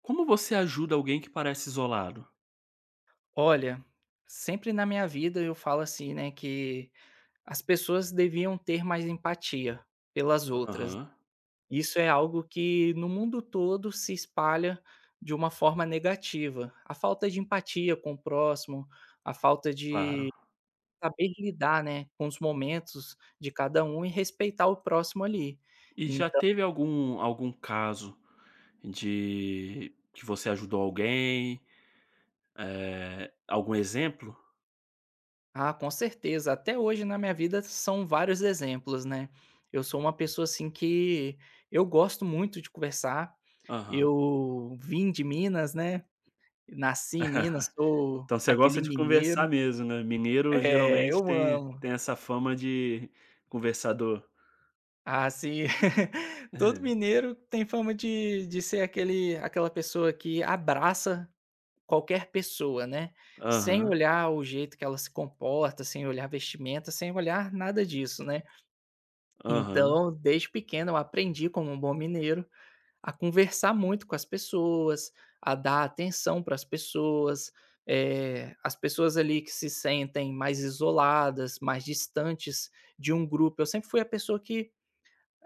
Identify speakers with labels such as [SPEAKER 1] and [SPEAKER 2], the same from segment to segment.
[SPEAKER 1] Como você ajuda alguém que parece isolado?
[SPEAKER 2] Olha, sempre na minha vida eu falo assim, né, que as pessoas deviam ter mais empatia pelas outras.
[SPEAKER 1] Aham,
[SPEAKER 2] Isso é algo que no mundo todo se espalha de uma forma negativa. A falta de empatia com o próximo, a falta de
[SPEAKER 1] claro.
[SPEAKER 2] saber lidar, né, com os momentos de cada um e respeitar o próximo ali.
[SPEAKER 1] E já
[SPEAKER 2] Então.
[SPEAKER 1] teve algum caso de que você ajudou alguém, algum exemplo?
[SPEAKER 2] Ah, com certeza. Até hoje na minha vida são vários exemplos, né. Eu sou uma pessoa, assim, que eu gosto muito de conversar.
[SPEAKER 1] Aham.
[SPEAKER 2] Eu vim de Minas, né, nasci em Minas, sou
[SPEAKER 1] Então você
[SPEAKER 2] aquele
[SPEAKER 1] gosta de
[SPEAKER 2] mineiro.
[SPEAKER 1] conversar mesmo, né, mineiro
[SPEAKER 2] É, eu
[SPEAKER 1] geralmente tem
[SPEAKER 2] amo.
[SPEAKER 1] tem essa fama de conversador.
[SPEAKER 2] Ah, sim. Todo
[SPEAKER 1] É.
[SPEAKER 2] mineiro tem fama de ser aquele aquela pessoa que abraça qualquer pessoa, né, sem
[SPEAKER 1] Aham,
[SPEAKER 2] olhar o jeito que ela se comporta, sem olhar vestimenta, sem olhar nada disso, né.
[SPEAKER 1] aham,
[SPEAKER 2] Então, desde pequeno eu aprendi como um bom mineiro a conversar muito com as pessoas, a dar atenção para as pessoas, as pessoas ali que se sentem mais isoladas, mais distantes de um grupo. Eu sempre fui a pessoa que,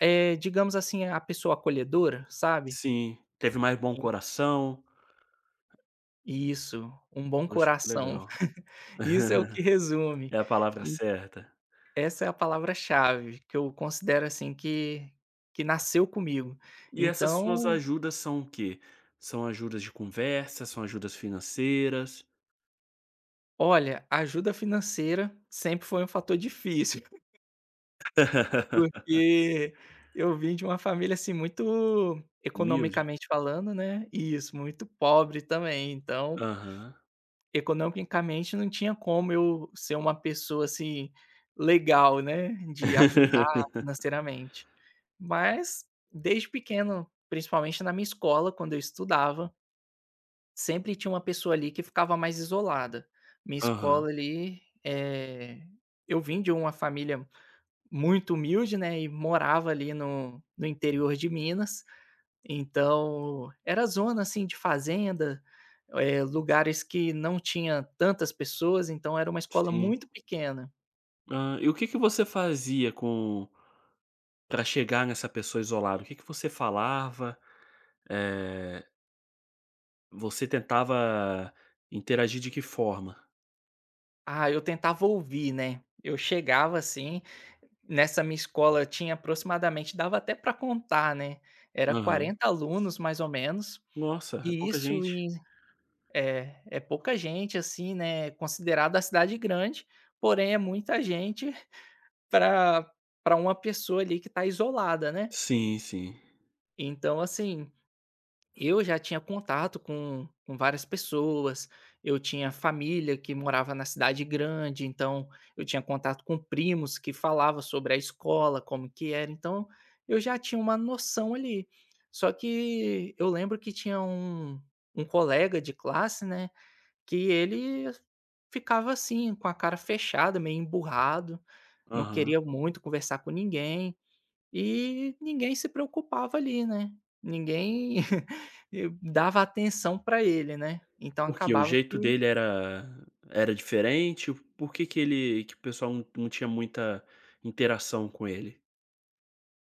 [SPEAKER 2] digamos assim, a pessoa acolhedora, sabe?
[SPEAKER 1] sim. Teve mais bom coração.
[SPEAKER 2] E isso, um bom
[SPEAKER 1] Poxa, que
[SPEAKER 2] coração.
[SPEAKER 1] legal.
[SPEAKER 2] Isso é o que resume.
[SPEAKER 1] É a palavra
[SPEAKER 2] E
[SPEAKER 1] certa.
[SPEAKER 2] essa é a palavra-chave que eu considero assim que nasceu comigo.
[SPEAKER 1] E essas suas
[SPEAKER 2] Então.
[SPEAKER 1] ajudas são o quê? São ajudas de conversa, são ajudas financeiras?
[SPEAKER 2] Olha, ajuda financeira sempre foi um fator difícil, porque eu vim de uma família, assim, muito,
[SPEAKER 1] Humilde?
[SPEAKER 2] economicamente falando, né. E isso, muito pobre também. Então,
[SPEAKER 1] Aham.
[SPEAKER 2] economicamente não tinha como eu ser uma pessoa, assim, legal, né, de ajudar financeiramente. Mas, desde pequeno, principalmente na minha escola, quando eu estudava, sempre tinha uma pessoa ali que ficava mais isolada. Minha
[SPEAKER 1] Aham,
[SPEAKER 2] escola ali, eu vim de uma família muito humilde, né, e morava ali no interior de Minas, então era zona, assim, de fazenda, lugares que não tinha tantas pessoas, então era uma escola
[SPEAKER 1] sim.
[SPEAKER 2] muito pequena.
[SPEAKER 1] Hã, e o que que você fazia com para chegar nessa pessoa isolada? O que que você falava? Eh, Você tentava interagir de que forma?
[SPEAKER 2] Ah, eu tentava ouvir, né, eu chegava assim, nessa minha escola tinha aproximadamente, dava até para contar, né, era
[SPEAKER 1] Aham.
[SPEAKER 2] 40 alunos mais ou menos.
[SPEAKER 1] Nossa, é
[SPEAKER 2] E
[SPEAKER 1] pouca
[SPEAKER 2] isso
[SPEAKER 1] gente.
[SPEAKER 2] em é, é pouca gente, assim, né, considerada a cidade grande, porém é muita gente para para uma pessoa ali que está isolada, né.
[SPEAKER 1] Sim, sim.
[SPEAKER 2] Então, assim, eu já tinha contato com várias pessoas, eu tinha família que morava na cidade grande, então eu tinha contato com primos que falava sobre a escola, como que era, então eu já tinha uma noção ali. Só que eu lembro que tinha um colega de classe, né, que ele ficava assim, com a cara fechada, meio emburrado, não
[SPEAKER 1] Aham.
[SPEAKER 2] queria muito conversar com ninguém, e ninguém se preocupava ali, né. Ninguém dava atenção para ele, né. Então
[SPEAKER 1] Porque o
[SPEAKER 2] acabava
[SPEAKER 1] jeito
[SPEAKER 2] que,
[SPEAKER 1] dele era era diferente? Por que que ele que o pessoal não tinha muita interação com ele?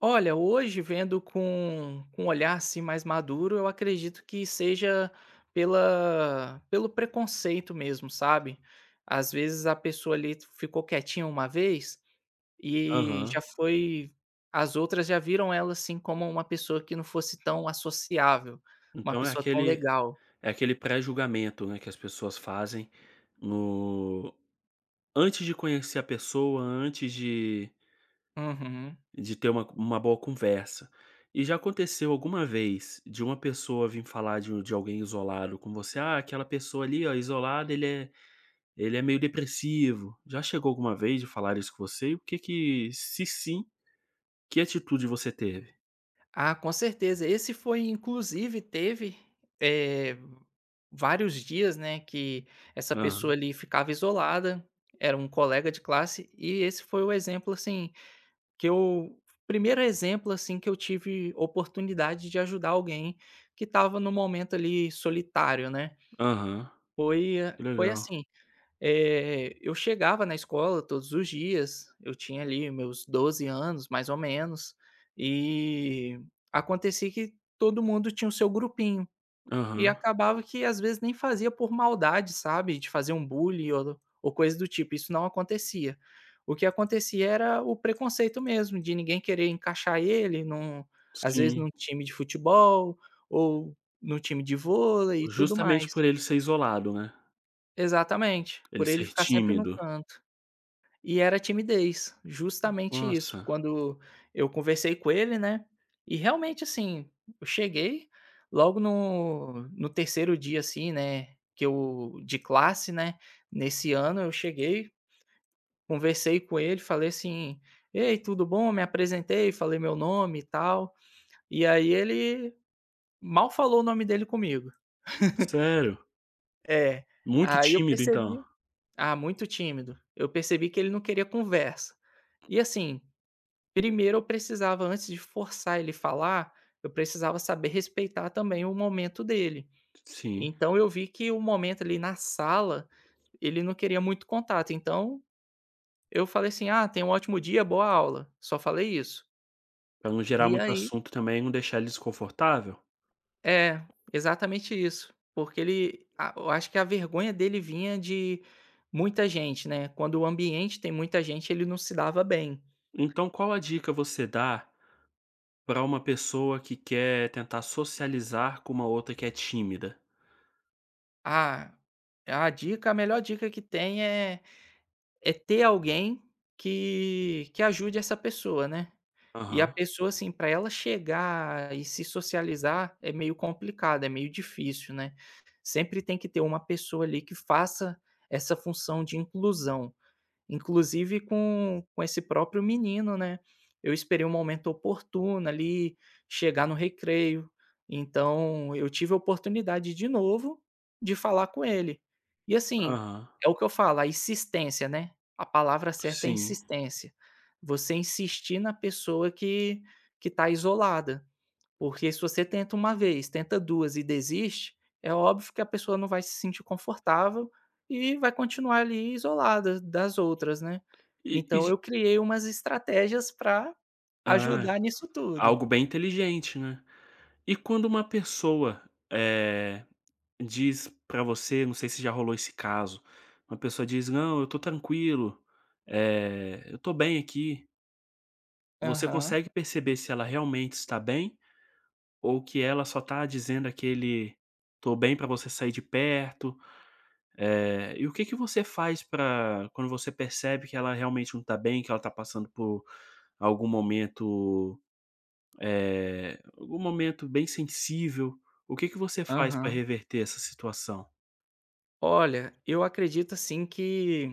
[SPEAKER 2] olha, hoje vendo com um olhar, assim, mais maduro, eu acredito que seja pela pelo preconceito mesmo, sabe. Às vezes a pessoa ali ficou quietinha uma vez, e
[SPEAKER 1] Aham.
[SPEAKER 2] já foi, as outras já viram ela, assim, como uma pessoa que não fosse tão associável, uma
[SPEAKER 1] Então
[SPEAKER 2] pessoa tão legal.
[SPEAKER 1] é aquele pré-julgamento, né, que as pessoas fazem no antes de conhecer a pessoa, antes
[SPEAKER 2] Uhum.
[SPEAKER 1] de ter uma boa conversa. E já aconteceu alguma vez de uma pessoa vir falar de um, de alguém isolado com você: "Ah, aquela pessoa ali, ó, isolada, ele é Ele é meio depressivo". Já chegou alguma vez de falar isso com você? E o que que se sim, que atitude você teve?
[SPEAKER 2] Ah, com certeza. Esse foi, inclusive teve, eh, vários dias, né, que essa pessoa
[SPEAKER 1] Aham,
[SPEAKER 2] ali ficava isolada, era um colega de classe, e esse foi o exemplo, assim, que eu primeiro exemplo, assim, que eu tive oportunidade de ajudar alguém que estava no momento ali solitário, né.
[SPEAKER 1] aham.
[SPEAKER 2] Foi eh,
[SPEAKER 1] Que
[SPEAKER 2] foi
[SPEAKER 1] legal.
[SPEAKER 2] assim. Eu chegava na escola todos os dias, eu tinha ali meus 12 anos, mais ou menos, e acontecia que todo mundo tinha o seu grupinho, e
[SPEAKER 1] Aham,
[SPEAKER 2] acabava que às vezes nem fazia por maldade, sabe, de fazer um bullying ou coisa do tipo, isso não acontecia. O que acontecia era o preconceito mesmo, de ninguém querer encaixar ele num às vezes
[SPEAKER 1] sim.
[SPEAKER 2] num time de futebol, ou no time de vôlei e tudo
[SPEAKER 1] Justamente
[SPEAKER 2] mais.
[SPEAKER 1] por ele ser isolado, né.
[SPEAKER 2] Exatamente,
[SPEAKER 1] Ele
[SPEAKER 2] por ele
[SPEAKER 1] ser
[SPEAKER 2] ficar sempre no
[SPEAKER 1] tímido.
[SPEAKER 2] canto. E era timidez, justamente isso.
[SPEAKER 1] Nossa,
[SPEAKER 2] Quando eu conversei com ele, né, e realmente, assim, eu cheguei logo no terceiro dia, assim, né, que eu de classe, né, nesse ano eu cheguei, conversei com ele, falei assim: "Ei, tudo bom?", me apresentei, falei meu nome e tal, e aí ele mal falou o nome dele comigo.
[SPEAKER 1] sério?
[SPEAKER 2] É,
[SPEAKER 1] Muito
[SPEAKER 2] aí eu
[SPEAKER 1] tímido então?
[SPEAKER 2] percebi, ah, muito tímido. Eu percebi que ele não queria conversa. E assim, primeiro eu precisava, antes de forçar ele falar, eu precisava saber respeitar também o momento dele.
[SPEAKER 1] Sim,
[SPEAKER 2] Então eu vi que o momento ali na sala, ele não queria muito contato, então eu falei assim: "Ah, tenha um ótimo dia, boa aula", só falei isso.
[SPEAKER 1] pra não gerar
[SPEAKER 2] E
[SPEAKER 1] muito
[SPEAKER 2] aí
[SPEAKER 1] assunto também e não deixar ele desconfortável.
[SPEAKER 2] é, exatamente isso, porque ele, a eu acho que a vergonha dele vinha de muita gente, né, quando o ambiente tem muita gente, ele não se dava bem.
[SPEAKER 1] Então qual a dica você dá pra uma pessoa que quer tentar socializar com uma outra que é tímida?
[SPEAKER 2] "Ah, a melhor dica que tem é ter alguém que ajude essa pessoa, né. E a
[SPEAKER 1] Aham,
[SPEAKER 2] pessoa, assim, para ela chegar e se socializar é meio complicado, é meio difícil, né. Sempre tem que ter uma pessoa ali que faça essa função de inclusão. Inclusive com esse próprio menino, né, eu esperei um momento oportuno ali, chegar no recreio, então eu tive a oportunidade de novo de falar com ele. E assim,
[SPEAKER 1] aham,
[SPEAKER 2] é o que eu falo, a insistência, né, a palavra certa é
[SPEAKER 1] sim.
[SPEAKER 2] insistência. Você insistir na pessoa que está isolada. Porque se você tenta uma vez, tenta duas e desiste, é óbvio que a pessoa não vai se sentir confortável e vai continuar ali isolada das outras, né.
[SPEAKER 1] E
[SPEAKER 2] Então
[SPEAKER 1] ge
[SPEAKER 2] eu criei umas estratégias para
[SPEAKER 1] ah,
[SPEAKER 2] ajudar nisso tudo.
[SPEAKER 1] algo bem inteligente, né. E quando uma pessoa, eh, diz pra você, não sei se já rolou esse caso, uma pessoa diz: "Não, eu tô tranquilo, eu tô bem aqui". Você
[SPEAKER 2] Aham,
[SPEAKER 1] consegue perceber se ela realmente está bem ou que ela só tá dizendo aquele "tô bem" pra você sair de perto? E o que que você faz pra quando você percebe que ela realmente não tá bem, que ela tá passando por algum momento algum momento bem sensível, o que que você faz para
[SPEAKER 2] aham.
[SPEAKER 1] reverter essa situação?
[SPEAKER 2] Olha, eu acredito assim que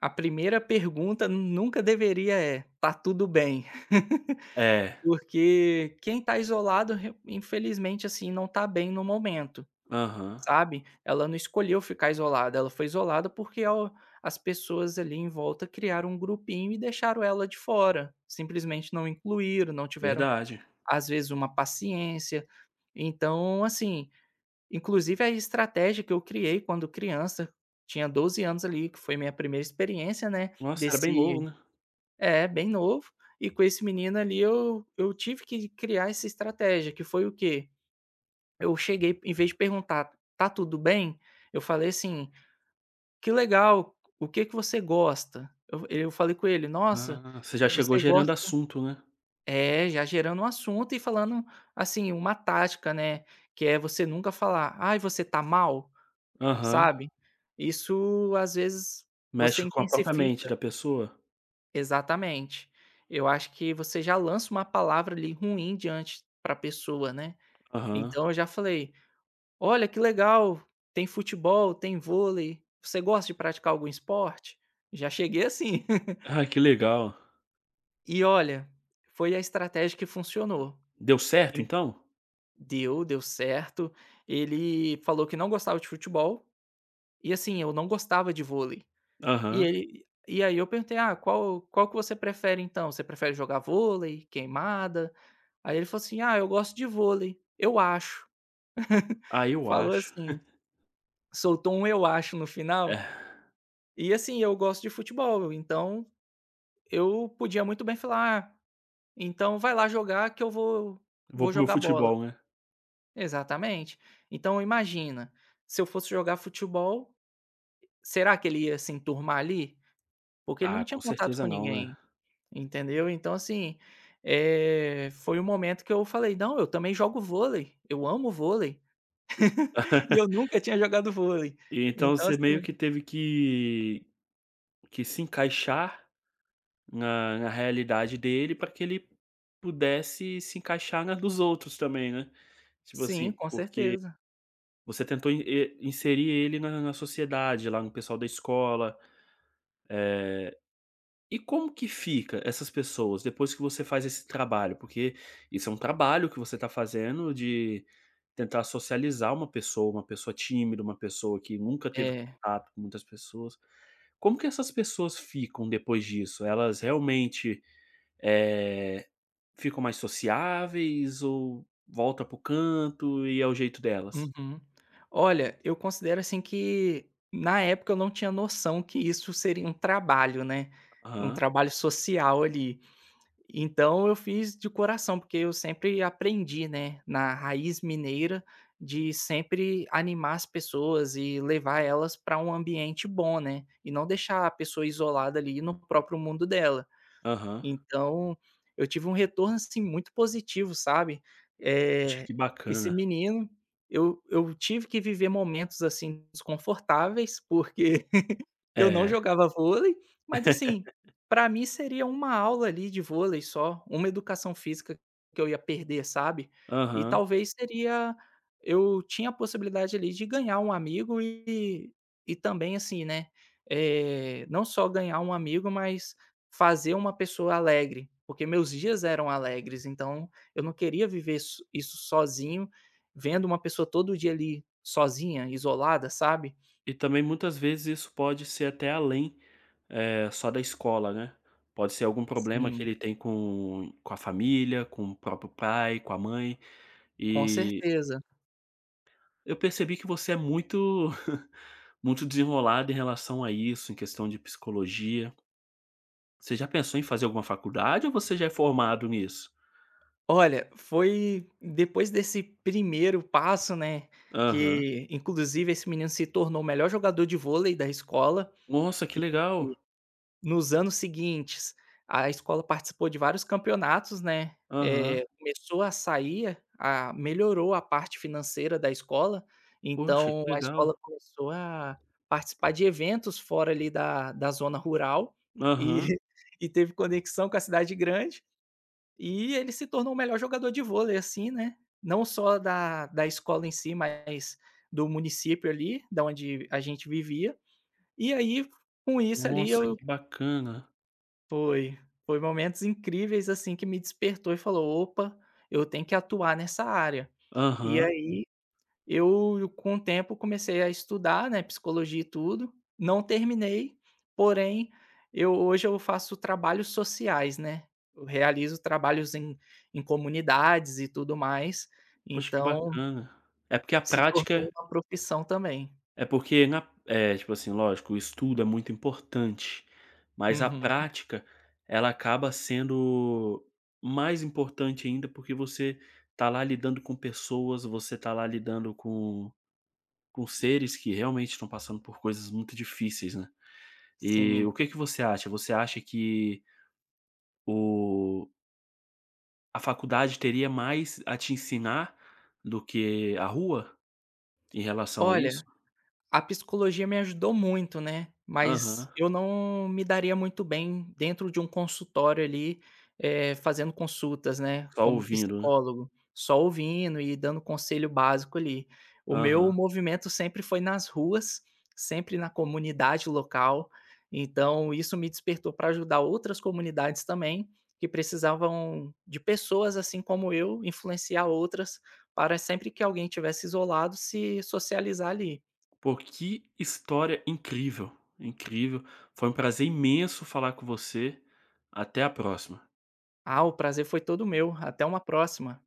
[SPEAKER 2] a primeira pergunta nunca deveria é: "Tá tudo bem?".
[SPEAKER 1] É,
[SPEAKER 2] Porque quem tá isolado, re infelizmente, assim, não tá bem no momento.
[SPEAKER 1] aham,
[SPEAKER 2] Sabe, ela não escolheu ficar isolada, ela foi isolada porque ao as pessoas ali em volta criaram um grupinho e deixaram ela de fora, simplesmente não incluíram, não tiveram,
[SPEAKER 1] verdade.
[SPEAKER 2] às vezes, uma paciência. Então, assim, inclusive a estratégia que eu criei quando criança, tinha 12 anos ali, que foi minha primeira experiência, né,
[SPEAKER 1] Nossa, era bem
[SPEAKER 2] desse.
[SPEAKER 1] novo, né.
[SPEAKER 2] É, bem novo, e com esse menino ali eu tive que criar essa estratégia, que foi o quê? Eu cheguei, em vez de perguntar: "Tá tudo bem?", eu falei assim: "Que legal, o que que você gosta?". Eu falei com ele: "Nossa,
[SPEAKER 1] Ah, você já chegou
[SPEAKER 2] você
[SPEAKER 1] gerando
[SPEAKER 2] gosta",
[SPEAKER 1] assunto, né.
[SPEAKER 2] é, já gerando um assunto e falando, assim, uma tática, né, que é você nunca falar: "Ai, você tá mal?",
[SPEAKER 1] Aham,
[SPEAKER 2] sabe. Isso, às vezes, você
[SPEAKER 1] mexe com a própria mente
[SPEAKER 2] intensifica,
[SPEAKER 1] da pessoa.
[SPEAKER 2] exatamente. Eu acho que você já lança uma palavra ali ruim diante pra pessoa, né.
[SPEAKER 1] Aham.
[SPEAKER 2] Então eu já falei: olha que legal, tem futebol, tem vôlei. Você gosta de praticar algum esporte? Já cheguei assim.
[SPEAKER 1] Ai, que legal.
[SPEAKER 2] E olha, foi a estratégia que funcionou.
[SPEAKER 1] Deu certo
[SPEAKER 2] En
[SPEAKER 1] então?
[SPEAKER 2] Deu certo. Ele falou que não gostava de futebol, e assim, eu não gostava de vôlei.
[SPEAKER 1] Aham.
[SPEAKER 2] E aí eu perguntei: "Ah, qual que você prefere então? Você prefere jogar vôlei, queimada?" Aí ele falou assim: "Ah, eu gosto de vôlei, eu acho."
[SPEAKER 1] Ah, eu
[SPEAKER 2] Falou
[SPEAKER 1] acho.
[SPEAKER 2] assim, soltou um "eu acho" no final.
[SPEAKER 1] É,
[SPEAKER 2] E assim, eu gosto de futebol, então eu podia muito bem falar: "Ah, então vai lá jogar que eu vou
[SPEAKER 1] vou
[SPEAKER 2] vou
[SPEAKER 1] pro meu
[SPEAKER 2] jogar bola".
[SPEAKER 1] futebol, né.
[SPEAKER 2] Exatamente. Então imagina, se eu fosse jogar futebol, será que ele ia se enturmar ali? Porque ele não
[SPEAKER 1] Ah,
[SPEAKER 2] tinha
[SPEAKER 1] com
[SPEAKER 2] contato com
[SPEAKER 1] certeza não, né.
[SPEAKER 2] ninguém, entendeu? Então assim, foi o momento que eu falei: "Não, eu também jogo vôlei, eu amo vôlei". E eu nunca tinha jogado vôlei.
[SPEAKER 1] E então
[SPEAKER 2] Então
[SPEAKER 1] você meio
[SPEAKER 2] assim,
[SPEAKER 1] que teve que se encaixar na na realidade dele, para que ele pudesse se encaixar na dos outros também, né. Tipo
[SPEAKER 2] sim,
[SPEAKER 1] assim,
[SPEAKER 2] com
[SPEAKER 1] porque
[SPEAKER 2] certeza.
[SPEAKER 1] você tentou in e inserir ele na sociedade, lá no pessoal da escola, eh, e como que fica essas pessoas depois que você faz esse trabalho? Porque isso é um trabalho que você está fazendo de tentar socializar uma pessoa tímida, uma pessoa que nunca teve
[SPEAKER 2] É.
[SPEAKER 1] contato com muitas pessoas. Como que essas pessoas ficam depois disso? Elas realmente, eh Ficam mais sociáveis ou volta para o canto e é o jeito delas?
[SPEAKER 2] Uhum. Olha, eu considero assim que na época eu não tinha noção que isso seria um trabalho, né, um
[SPEAKER 1] Aham,
[SPEAKER 2] trabalho social ali. Então eu fiz de coração, porque eu sempre aprendi, né, na raiz mineira de sempre animar as pessoas e levar elas para um ambiente bom, né, e não deixar a pessoa isolada ali no próprio mundo dela.
[SPEAKER 1] aham.
[SPEAKER 2] Então, eu tive um retorno, assim, muito positivo, sabe.
[SPEAKER 1] Poxa,
[SPEAKER 2] Eh,
[SPEAKER 1] que
[SPEAKER 2] esse
[SPEAKER 1] bacana.
[SPEAKER 2] menino, eu tive que viver momentos, assim, desconfortáveis, porque eu não
[SPEAKER 1] É,
[SPEAKER 2] jogava vôlei, mas assim, pra mim seria uma aula ali de vôlei só, uma educação física que eu ia perder, sabe. E
[SPEAKER 1] aham.
[SPEAKER 2] talvez seria, eu tinha a possibilidade ali de ganhar um amigo e também assim, né, não só ganhar um amigo, mas fazer uma pessoa alegre, porque meus dias eram alegres, então eu não queria viver isso sozinho, vendo uma pessoa todo dia ali sozinha, isolada, sabe.
[SPEAKER 1] E também muitas vezes isso pode ser até além, só da escola, né. Pode ser algum problema que
[SPEAKER 2] Sim,
[SPEAKER 1] ele tem com a família, com o próprio pai, com a mãe.
[SPEAKER 2] com
[SPEAKER 1] E
[SPEAKER 2] certeza.
[SPEAKER 1] eu percebi que você é muito muito desenrolada em relação a isso, em questão de psicologia. Você já pensou em fazer alguma faculdade ou você já é formado nisso?
[SPEAKER 2] Olha, foi depois desse primeiro passo, né,
[SPEAKER 1] Aham.
[SPEAKER 2] que inclusive esse menino se tornou o melhor jogador de vôlei da escola.
[SPEAKER 1] Nossa, que
[SPEAKER 2] Sim.
[SPEAKER 1] legal.
[SPEAKER 2] Nos anos seguintes, a escola participou de vários campeonatos, né,
[SPEAKER 1] Aham.
[SPEAKER 2] começou a sair, a melhorou a parte financeira da escola,
[SPEAKER 1] Poxa,
[SPEAKER 2] então
[SPEAKER 1] que
[SPEAKER 2] a
[SPEAKER 1] legal.
[SPEAKER 2] escola começou a participar de eventos fora ali da zona rural, e
[SPEAKER 1] Aham.
[SPEAKER 2] e teve conexão com a cidade grande. E ele se tornou o melhor jogador de vôlei, assim, né, não só da escola em si, mas do município ali, da onde a gente vivia. E aí, com isso ali
[SPEAKER 1] Nossa,
[SPEAKER 2] eu
[SPEAKER 1] que bacana.
[SPEAKER 2] foi, foi momentos incríveis, assim, que me despertou e falou: "Opa, eu tenho que atuar nessa área". E
[SPEAKER 1] Aham.
[SPEAKER 2] aí com o tempo, comecei a estudar, né, psicologia e tudo, não terminei, porém, eu hoje eu faço trabalhos sociais, né, eu realizo trabalhos em comunidades e tudo mais,
[SPEAKER 1] Poxa, que
[SPEAKER 2] então
[SPEAKER 1] bacana. É porque a
[SPEAKER 2] se
[SPEAKER 1] prática
[SPEAKER 2] tornou uma profissão também.
[SPEAKER 1] é porque na é, tipo assim, lógico, o estudo é muito importante, mas a
[SPEAKER 2] Uhum,
[SPEAKER 1] prática, ela acaba sendo mais importante ainda, porque você tá lá lidando com pessoas, você tá lá lidando com seres que realmente estão passando por coisas muito difíceis, né. E
[SPEAKER 2] sim.
[SPEAKER 1] o que que você acha? Você acha que o a faculdade teria mais a te ensinar do que a rua em relação a isso?
[SPEAKER 2] Olha, a psicologia me ajudou muito, né, mas
[SPEAKER 1] Aham.
[SPEAKER 2] eu não me daria muito bem dentro de um consultório ali, fazendo consultas, né,
[SPEAKER 1] Só
[SPEAKER 2] como
[SPEAKER 1] ouvindo, né.
[SPEAKER 2] psicólogo, só ouvindo e dando conselho básico ali. O meu
[SPEAKER 1] Aham.
[SPEAKER 2] movimento sempre foi nas ruas, sempre na comunidade local, então isso me despertou para ajudar outras comunidades também, que precisavam de pessoas assim como eu, influenciar outras, para sempre que alguém tivesse isolado, se socializar ali.
[SPEAKER 1] Pô, que história incrível, incrível. Foi um prazer imenso falar com você. Até a próxima.
[SPEAKER 2] Ah, o prazer foi todo meu. Até uma próxima.